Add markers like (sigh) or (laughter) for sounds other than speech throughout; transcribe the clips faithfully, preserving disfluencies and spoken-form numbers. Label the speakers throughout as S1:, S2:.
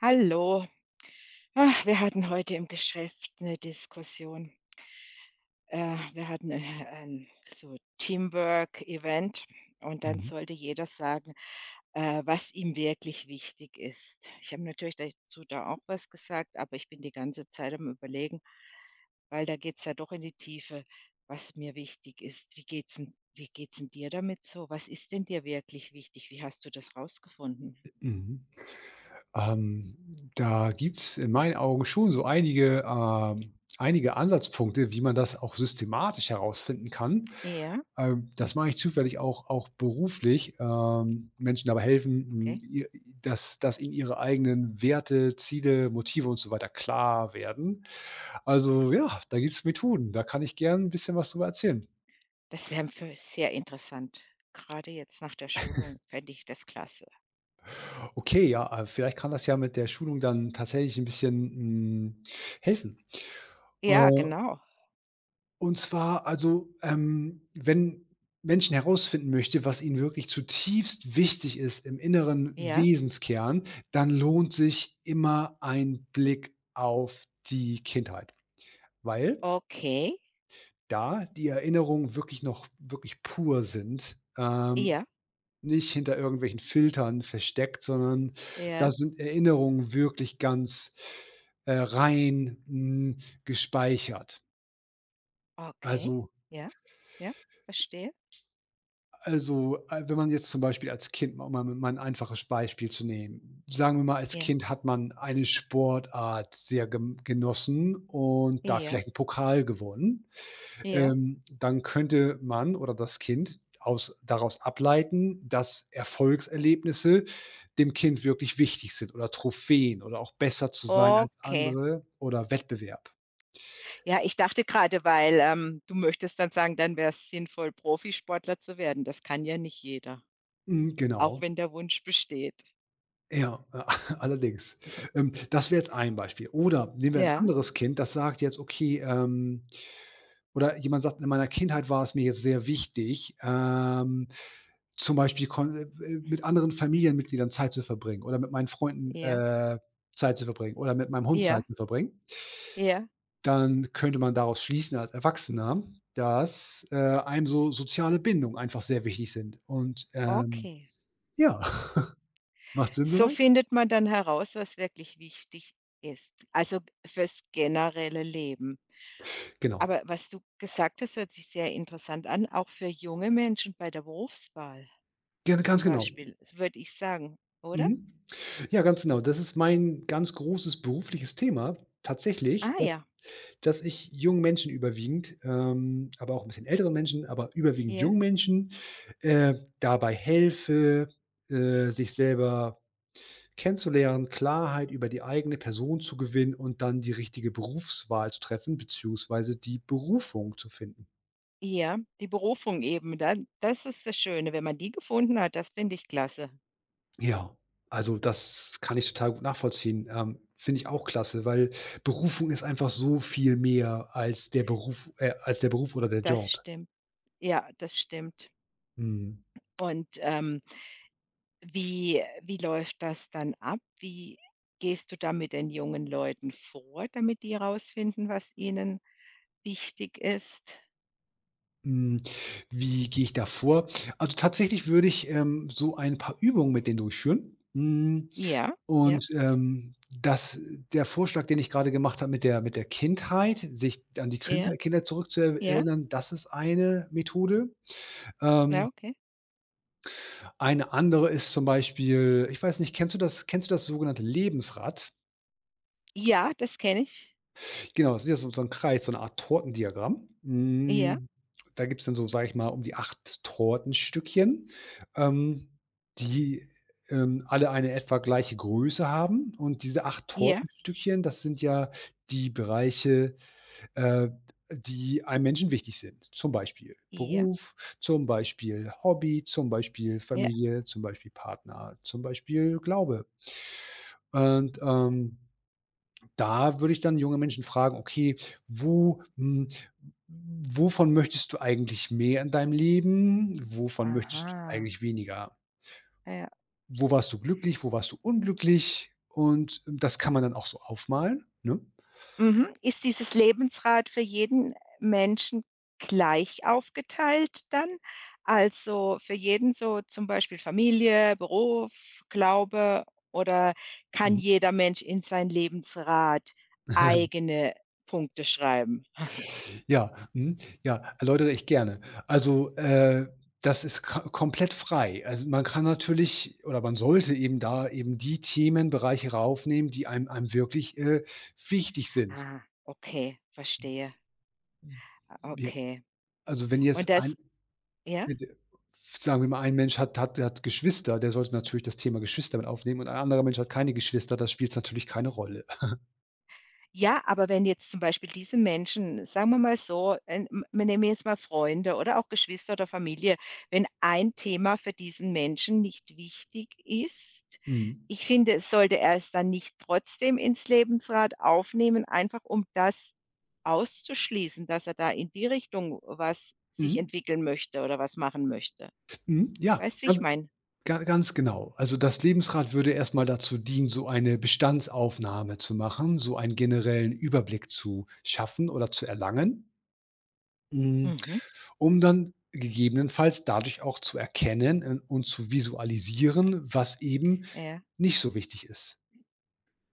S1: Hallo. Ah, wir hatten heute im Geschäft eine Diskussion. Äh, wir hatten, äh, ein so Teamwork-Event und dann
S2: Mhm,
S1: sollte jeder sagen, äh, was ihm wirklich wichtig ist. Ich habe natürlich dazu da auch was gesagt, aber ich bin die ganze Zeit am Überlegen, weil da geht es ja doch in die Tiefe, was mir wichtig ist. Wie geht's denn wie geht's 'n dir damit so? Was ist denn dir wirklich wichtig? Wie hast du das rausgefunden?
S2: mhm. Ähm, da gibt's in meinen Augen schon so einige ähm, einige Ansatzpunkte, wie man das auch systematisch herausfinden kann.
S1: Ja,
S2: Ähm, das mache ich zufällig auch auch beruflich, ähm, Menschen dabei helfen, hm,
S1: okay.
S2: ihr dass dass ihnen ihre eigenen Werte, Ziele, Motive und so weiter klar werden. Also, ja, da gibt es Methoden. Da kann ich gern ein bisschen was drüber erzählen.
S1: Das wäre für sehr interessant. Gerade jetzt nach der Schulung fände ich das klasse.
S2: Okay, ja, äh, vielleicht kann das ja mit der Schulung dann tatsächlich ein bisschen, hm, helfen. Äh
S1: Ja, genau.
S2: Und zwar also, ähm, wenn Menschen herausfinden möchte, was ihnen wirklich zutiefst wichtig ist im inneren
S1: Ja,
S2: Wesenskern, dann lohnt sich immer ein Blick auf die Kindheit, weil
S1: okay.
S2: da die Erinnerungen wirklich noch wirklich pur sind, ähm,
S1: Ja,
S2: nicht hinter irgendwelchen Filtern versteckt, sondern da
S1: ja,
S2: sind Erinnerungen wirklich ganz, äh, rein, hm, gespeichert.
S1: okay.
S2: Also
S1: Ja, ja, verstehe.
S2: Also, äh, wenn man jetzt zum Beispiel als Kind, um mal mal 'n einfaches Beispiel zu nehmen. Sagen wir mal, als
S1: Ja,
S2: Kind hat man eine Sportart sehr gem genossen und da
S1: ja,
S2: vielleicht einen Pokal gewonnen.
S1: ja.
S2: Ähm, dann könnte man oder das Kind aus daraus ableiten, dass Erfolgserlebnisse dem Kind wirklich wichtig sind oder Trophäen oder auch besser zu sein als
S1: Okay.
S2: andere oder Wettbewerb.
S1: Ja, ich dachte gerade, weil, ähm, du möchtest dann sagen, dann wäre es sinnvoll, Profisportler zu werden. Das kann ja nicht jeder,
S2: Mhm,
S1: auch
S2: genau.
S1: wenn der Wunsch besteht.
S2: Ja, (laughs) allerdings. Ähm, das wäre jetzt ein Beispiel. Oder nehmen wir ein
S1: Ja,
S2: anderes Kind, das sagt jetzt: „Okay, ähm“ oder jemand sagt: „In meiner Kindheit war es mir jetzt sehr wichtig, ähm, zum Beispiel kon äh, äh, mit anderen Familienmitgliedern Zeit zu verbringen oder mit meinen Freunden,
S1: ja,
S2: äh, Zeit zu verbringen oder mit meinem Hund
S1: ja,
S2: Zeit zu verbringen."
S1: ja,
S2: Dann könnte man daraus schließen als Erwachsener, dass, äh, einem so soziale Bindungen einfach sehr wichtig sind. Und, ähm
S1: okay.
S2: ja, (laughs) macht Sinn
S1: So
S2: soweit?
S1: findet man dann heraus, was wirklich wichtig ist, also fürs generelle Leben.
S2: Genau.
S1: Aber was du gesagt hast, hört sich sehr interessant an, auch für junge Menschen bei der Berufswahl
S2: Gerne, ganz
S1: zum
S2: genau.
S1: Beispiel, s würde ich sagen, oder?
S2: Mhm. Ja, ganz genau. Das ist mein ganz großes berufliches Thema tatsächlich,
S1: Ah
S2: dass
S1: ja,
S2: dass ich jungen Menschen überwiegend, ähm, aber auch ein bisschen älteren Menschen, aber überwiegend
S1: ja,
S2: jungen Menschen, äh, dabei helfe, äh, sich selber kennenzulernen, Klarheit über die eigene Person zu gewinnen und dann die richtige Berufswahl zu treffen beziehungsweise die Berufung zu finden.
S1: ja, die Berufung eben, dann das ist das Schöne, wenn man die gefunden hat, das finde ich klasse.
S2: Ja, also das kann ich total gut nachvollziehen. Ähm, finde ich auch klasse, weil Berufung ist einfach so viel mehr als der Beruf äh, als der Beruf oder der
S1: Das
S2: Job.
S1: stimmt. Ja, das stimmt.
S2: Mhm.
S1: Und, ähm Wie wie läuft das dann ab? Wie gehst du da mit den jungen Leuten vor, damit die herausfinden, was ihnen wichtig ist?
S2: Hm, wie gehe ich da vor? Also, tatsächlich würde ich, ähm, so ein paar Übungen mit denen durchführen. Hm,
S1: Ja, ja,
S2: und, ähm, das der Vorschlag, den ich gerade gemacht habe mit der mit der Kindheit, sich an die
S1: ja,
S2: Kinder Kindheit
S1: ja,
S2: zurückzuerinnern, das ist eine Methode.
S1: ja,
S2: Ähm
S1: okay.
S2: Eine andere ist zum Beispiel, ich weiß nicht, kennst du das kennst du das sogenannte Lebensrad?
S1: Ja, das kenne ich.
S2: Genau, das ist ja so so 'n Kreis, so eine Art Tortendiagramm.
S1: Ja,
S2: Hm, da gibt's dann so, sage ich mal, um die acht Tortenstückchen, ähm, die, ähm, alle eine etwa gleiche Größe haben. Und diese acht
S1: ja,
S2: Tortenstückchen, das sind ja die Bereiche, äh, die einem Menschen wichtig sind. Zum Beispiel
S1: ja,
S2: Beruf, zum Beispiel Hobby, zum Beispiel
S1: ja.
S2: Familie, zum Beispiel Partner, zum Beispiel Glaube. Und, ähm, da würde ich dann junge Menschen fragen: „Okay, wo hm, wovon möchtest du eigentlich mehr in deinem Leben? Wovon möchtest du
S1: Aha,
S2: eigentlich weniger?
S1: ja.
S2: Wo warst du glücklich? Wo warst du unglücklich?" Und das kann man dann auch so aufmalen, ne?
S1: Mhm. Ist dieses Lebensrad für jeden Menschen gleich aufgeteilt dann? Also, für jeden so zum Beispiel Familie, Beruf, Glaube oder kann
S2: Mhm.
S1: jeder Mensch in sein Lebensrad
S2: (laughs)
S1: eigene Punkte schreiben?
S2: Ja, mhm, ja, erläutere ich gerne. Also, äh, das ist ka komplett frei. Also, man kann natürlich oder man sollte eben da eben die Themenbereiche raufnehmen, die einem einem wirklich, äh, wichtig sind.
S1: Ah, okay, verstehe.
S2: Wir
S1: Okay.
S2: also, wenn jetzt
S1: Und
S2: ein
S1: das ja?
S2: bitte sagen wir mal, ein Mensch hat hat hat Geschwister, der sollte natürlich das Thema Geschwister mit aufnehmen, und ein anderer Mensch hat keine Geschwister, da spielt's natürlich keine Rolle. (laughs)
S1: Ja, aber wenn jetzt zum Beispiel diese Menschen, sagen wir mal so, ähm, wir nehmen jetzt mal Freunde oder auch Geschwister oder Familie, wenn ein Thema für diesen Menschen nicht wichtig ist,
S2: Mhm.
S1: ich finde, es sollte er es dann nicht trotzdem ins Lebensrad aufnehmen, einfach um das auszuschließen, dass er da in die Richtung was sich
S2: Mhm.
S1: entwickeln möchte oder was machen möchte.
S2: Mhm. Ja,
S1: Weißt du, wie ich
S2: gan
S1: meine?
S2: ga ganz genau. Also, das Lebensrad würde erst mal dazu dienen, so eine Bestandsaufnahme zu machen, so einen generellen Überblick zu schaffen oder zu erlangen, hm,
S1: Mhm.
S2: um dann gegebenenfalls dadurch auch zu erkennen, äh, und zu visualisieren, was eben
S1: Ja.
S2: nicht so wichtig ist.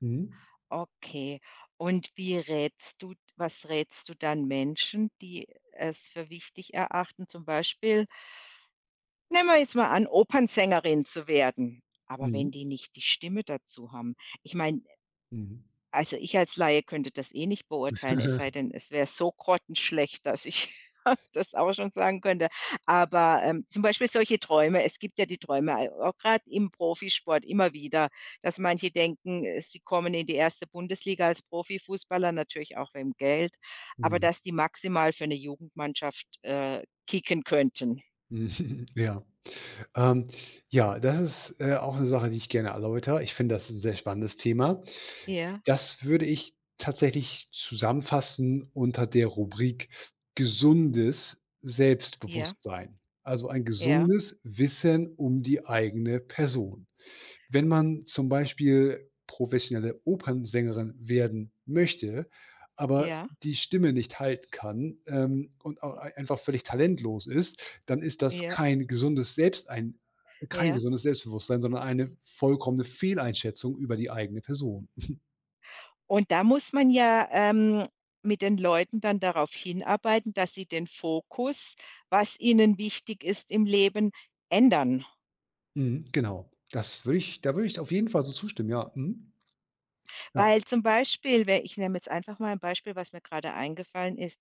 S2: Mhm.
S1: Okay. Und wie rätst du was rätst du dann Menschen, die es für wichtig erachten, zum Beispiel nehmen wir jetzt mal an, Opernsängerin zu werden. Aber wenn
S2: Mhm,
S1: die nicht die Stimme dazu haben. Ich meine,
S2: mhm.
S1: also, ich als Laie könnte das eh nicht beurteilen, es sei
S2: (laughs)
S1: denn, es wäre so grottenschlecht, dass ich (laughs) das auch schon sagen könnte. Aber, ähm, zum Beispiel solche Träume es gibt ja die Träume, ei auch gerade im Profisport immer wieder, dass manche denken, äh, sie kommen in die erste Bundesliga als Profifußballer, natürlich auch wegen Geld, aber
S2: Mhm,
S1: dass die maximal für eine Jugendmannschaft, äh, kicken könnten.
S2: mhm, (laughs) ja. Ähm, ja, das ist, äh, auch eine Sache, die ich gerne erläutere. Ich finde, das ist 'n sehr spannendes Thema.
S1: Ja,
S2: Das würde ich tatsächlich zusammenfassen unter der Rubrik gesundes
S1: ja,
S2: Selbstbewusstsein. Also, ein
S1: ja,
S2: gesundes Wissen um die eigene Person. Wenn man zum Beispiel professionelle Opernsängerin werden möchte, aber
S1: ja,
S2: die Stimme nicht halten kann, ähm, und au einfach völlig talentlos ist, dann ist das
S1: ja,
S2: kein gesundes Selbstein kein
S1: ja.
S2: gesundes Selbstbewusstsein, sondern eine vollkommene Fehleinschätzung über die eigene Person.
S1: Und da muss man ja, ähm, mit den Leuten dann darauf hinarbeiten, dass sie den Fokus, was ihnen wichtig ist im Leben, ändern.
S2: Mhm, genau. Das würde ich da würde ich auf jeden Fall so zustimmen, ja. Mhm. Ja.
S1: Weil zum Beispiel, we ich nehme jetzt einfach mal ein Beispiel, was mir gerade eingefallen ist.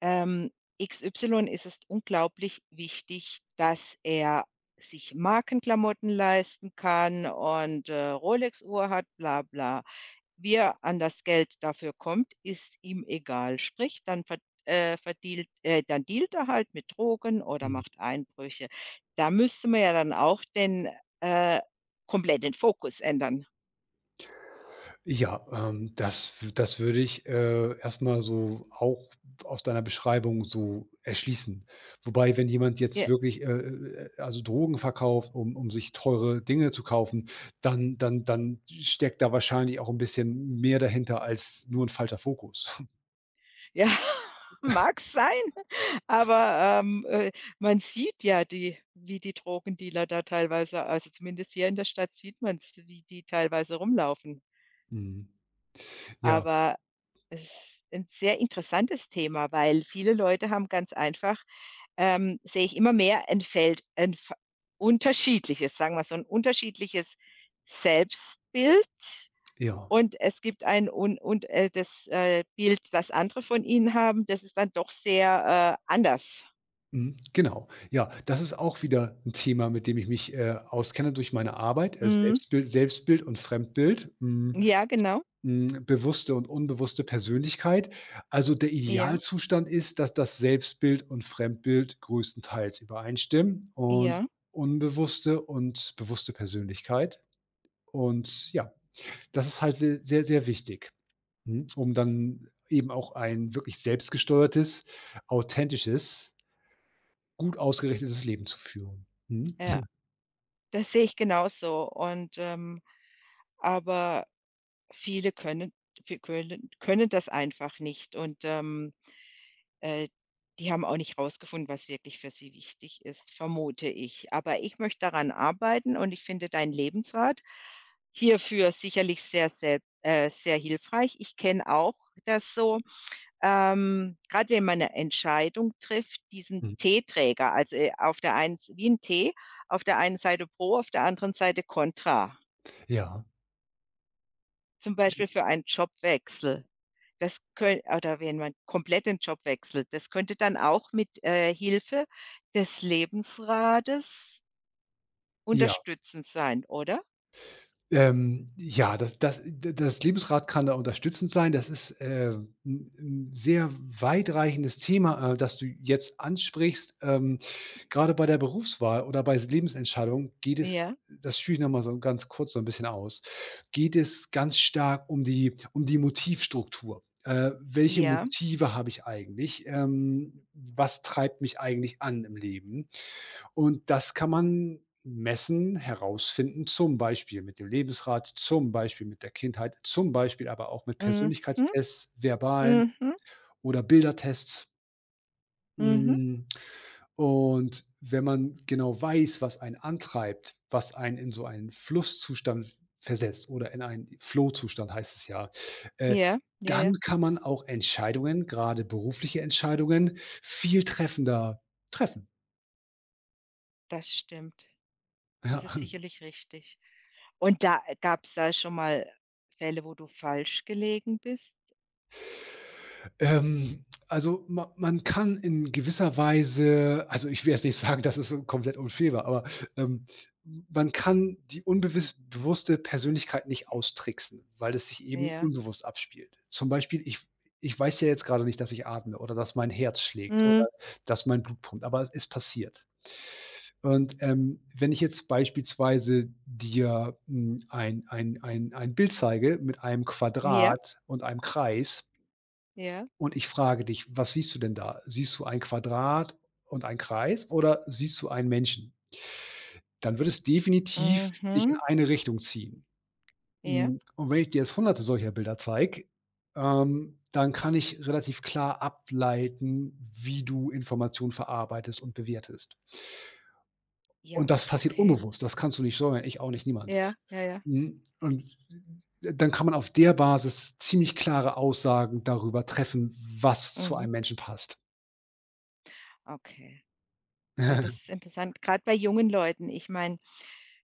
S1: Ähm, X Y ist es unglaublich wichtig, dass er sich Markenklamotten leisten kann und, äh, Rolex-Uhr hat, bla bla. Wie er an das Geld dafür kommt, ist ihm egal. Sprich, dann verd äh, verdealt äh, dann dealt er halt mit Drogen oder
S2: Mhm.
S1: macht Einbrüche. Da müsste man ja dann auch den, äh komplett den Fokus ändern.
S2: Ja, ähm, das w das würde ich, äh, erst so auch aus deiner Beschreibung so erschließen. Wobei, wenn jemand jetzt
S1: J
S2: wirklich, äh, äh, äh, also Drogen verkauft, um um sich teure Dinge zu kaufen, dann dann dann steckt da wahrscheinlich auch ein bisschen mehr dahinter als nur ein falscher Fokus. (laughs)
S1: ja, (laughs) mag sein, aber, ähm, äh, man sieht ja die wie die Drogendealer da teilweise also zumindest hier in der Stadt sieht man es, wie die teilweise rumlaufen.
S2: Mhm. Ja,
S1: Aber es ist ein sehr interessantes Thema, weil viele Leute haben ganz einfach ähm, sehe ich immer mehr ein Feld ein F unterschiedliches, sagen wir so, ein unterschiedliches Selbstbild
S2: ja.
S1: und es gibt ein un und, äh, das, äh, Bild, das andere von ihnen haben, das ist dann doch sehr, äh, anders.
S2: Mhm, genau. Ja, das ist auch wieder ein Thema, mit dem ich mich, äh, auskenne durch meine Arbeit, äh,
S1: Mhm.
S2: Selbstbild Selbstbild und Fremdbild. Hm.
S1: Ja, genau.
S2: Hm, bewusste und unbewusste Persönlichkeit. Also, der
S1: Ja,
S2: Idealzustand ist, dass das Selbstbild und Fremdbild größtenteils übereinstimmen und
S1: ja,
S2: unbewusste und bewusste Persönlichkeit. Und ja, das ist halt se sehr, sehr wichtig, mhm, um dann eben auch ein wirklich selbstgesteuertes, authentisches, gut ausgerichtetes Leben zu führen. Mhm.
S1: ja. Das sehe ich genauso und, ähm aber viele können vi können können das einfach nicht und, ähm Äh, die haben auch nicht rausgefunden, was wirklich für sie wichtig ist, vermute ich. Aber ich möchte daran arbeiten und ich finde deinen Lebensrat hierfür sicherlich sehr, sehr äh, sehr hilfreich. Ich kenne auch das so, ähm, grad wenn man eine Entscheidung trifft, diesen
S2: Mhm.
S1: Teeträger, also, äh, auf der einen wie ein Tee, auf der einen Seite pro, auf der anderen Seite contra.
S2: Ja,
S1: Zum Beispiel für einen Jobwechsel. Das könn oder wenn man komplett den Job wechselt, das könnte dann auch mit, äh, Hilfe des Lebensrates
S2: ja.
S1: unterstützend sein, oder?
S2: Ähm, ja, das das d das Lebensrad kann da unterstützend sein. Das ist, äh, 'n 'n sehr weitreichendes Thema, äh, das du jetzt ansprichst. Ähm, grade bei der Berufswahl oder bei s Lebensentscheidungen geht es –
S1: Ja,
S2: das führe ich noch mal so ganz kurz so ein bisschen aus – geht es ganz stark um die um die Motivstruktur. Äh, welche
S1: ja.
S2: Motive habe ich eigentlich? Ähm, was treibt mich eigentlich an im Leben? Und das kann man messen, herausfinden, zum Beispiel mit dem Lebensrat, zum Beispiel mit der Kindheit, zum Beispiel aber auch mit
S1: Mhm,
S2: Persönlichkeitstests, verbalen
S1: mhm,
S2: oder Bildertests.
S1: mhm.
S2: Hm, und wenn man genau weiß, was einen antreibt, was einen in so einen Flusszustand versetzt oder in einen Flow-Zustand heißt es ja, äh,
S1: Ja, ja,
S2: dann
S1: ja,
S2: kann man auch Entscheidungen, gerade berufliche Entscheidungen, viel treffender treffen.
S1: das stimmt. Das ist
S2: (laughs) Ja.
S1: sicherlich richtig. Und da gab es da schon mal Fälle, wo du falsch gelegen bist?
S2: Ähm, also, ma man kann in gewisser Weise, also, ich will jetzt nicht sagen, dass es so komplett unfair war, aber, ähm, man kann die unbewusst bewusste Persönlichkeit nicht austricksen, weil es sich eben
S1: Ja.
S2: unbewusst abspielt. Zum Beispiel, ich ich weiß ja jetzt grade nicht, dass ich atme oder dass mein Herz schlägt oder
S1: Mhm.
S2: dass mein Blut pumpt, aber es ist passiert. Und, ähm, wenn ich jetzt beispielsweise dir, hm, ein ein ein ein Bild zeige mit einem
S1: Ja,
S2: Quadrat und einem Kreis
S1: ja.
S2: und ich frage dich: „Was siehst du denn da? Siehst du ein Quadrat und einen Kreis oder siehst du einen Menschen?" Dann wird es definitiv dich in
S1: Mhm.
S2: eine Richtung ziehen.
S1: Ja.
S2: Hm, und wenn ich dir jetzt Hunderte solcher Bilder zeige, ähm, dann kann ich relativ klar ableiten, wie du Informationen verarbeitest und bewertest. Und
S1: Ja,
S2: das passiert
S1: okay.
S2: unbewusst. Das kannst du nicht steuern, ich auch nicht, niemand.
S1: Ja, ja, ja.
S2: Mhm, und dann kann man auf der Basis ziemlich klare Aussagen darüber treffen, was zu
S1: Mhm.
S2: einem Menschen passt.
S1: Okay, weil das ist
S2: (laughs)
S1: interessant, gerade bei jungen Leuten. Ich meine,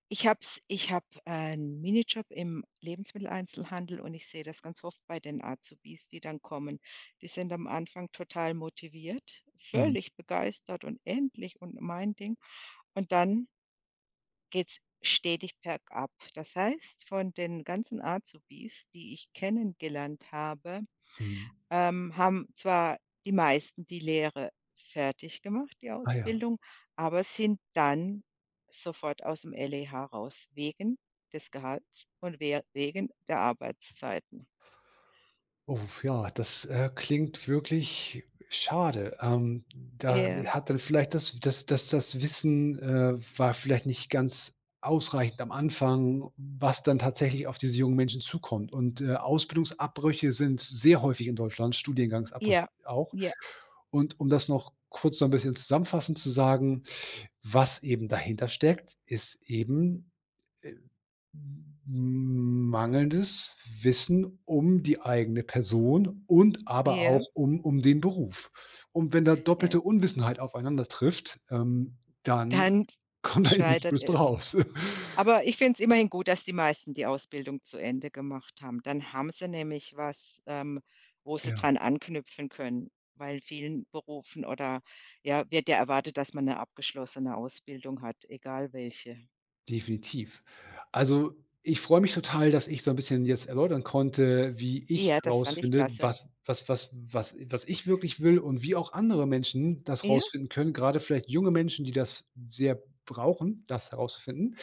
S1: ich habe es ich habe, einen Minijob im Lebensmitteleinzelhandel und ich sehe das ganz oft bei den Azubis, die dann kommen. Die sind am Anfang total motiviert,
S2: Mhm,
S1: völlig begeistert und endlich und mein Ding. Und dann geht's stetig bergab. Das heißt, von den ganzen Azubis, die ich kennengelernt habe
S2: mhm.
S1: Ähm, haben zwar die meisten die Lehre fertig gemacht, die
S2: Ah ja.
S1: Ausbildung, aber sind dann sofort aus aus'm L E H raus wegen des Gehalts und we wegen der Arbeitszeiten.
S2: Oh, ja, das, äh, klingt wirklich schade. Ähm, da
S1: Ja,
S2: hat dann vielleicht das das das das Wissen, äh, war vielleicht nicht ganz ausreichend am Anfang, was dann tatsächlich auf diese jungen Menschen zukommt. Und, äh, Ausbildungsabbrüche sind sehr häufig in Deutschland, Studiengangsabbrüche
S1: ja,
S2: auch.
S1: ja,
S2: Und um das noch kurz so ein bisschen zusammenfassend zu sagen, was eben dahinter steckt, ist eben, äh Mangelndes Wissen um die eigene Person und aber
S1: ja,
S2: auch um um den Beruf. Und wenn da
S1: ja.
S2: doppelte Unwissenheit aufeinander trifft, ähm, dann
S1: Dann
S2: kommt da (laughs) eben nichts
S1: scheitert
S2: Gutes bei
S1: es.
S2: raus. (laughs)
S1: Aber ich finde es immerhin gut, dass die meisten die Ausbildung zu Ende gemacht haben. Dann haben sie nämlich was, ähm, wo sie
S2: Ja.
S1: dran anknüpfen können, weil in vielen Berufen oder ja, wird ja erwartet, dass man eine abgeschlossene Ausbildung hat, egal welche.
S2: Definitiv. Also, ich freue mich total, dass ich so ein bisschen jetzt erläutern konnte, wie ich
S1: Ja, das fand ich
S2: herausfinde,
S1: klasse.
S2: was was was was was ich wirklich will und wie auch andere Menschen das
S1: Ja,
S2: herausfinden können, gerade vielleicht junge Menschen, die das sehr brauchen, das herauszufinden.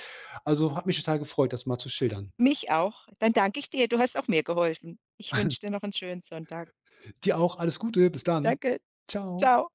S2: Also, hat mich total gefreut, das mal zu schildern.
S1: mich auch. Dann danke ich dir. Du hast auch mir geholfen. Ich wünsche dir
S2: (laughs)
S1: noch einen schönen Sonntag.
S2: Dir auch alles Gute, bis dann.
S1: Danke.
S2: Ciao.
S1: Ciao.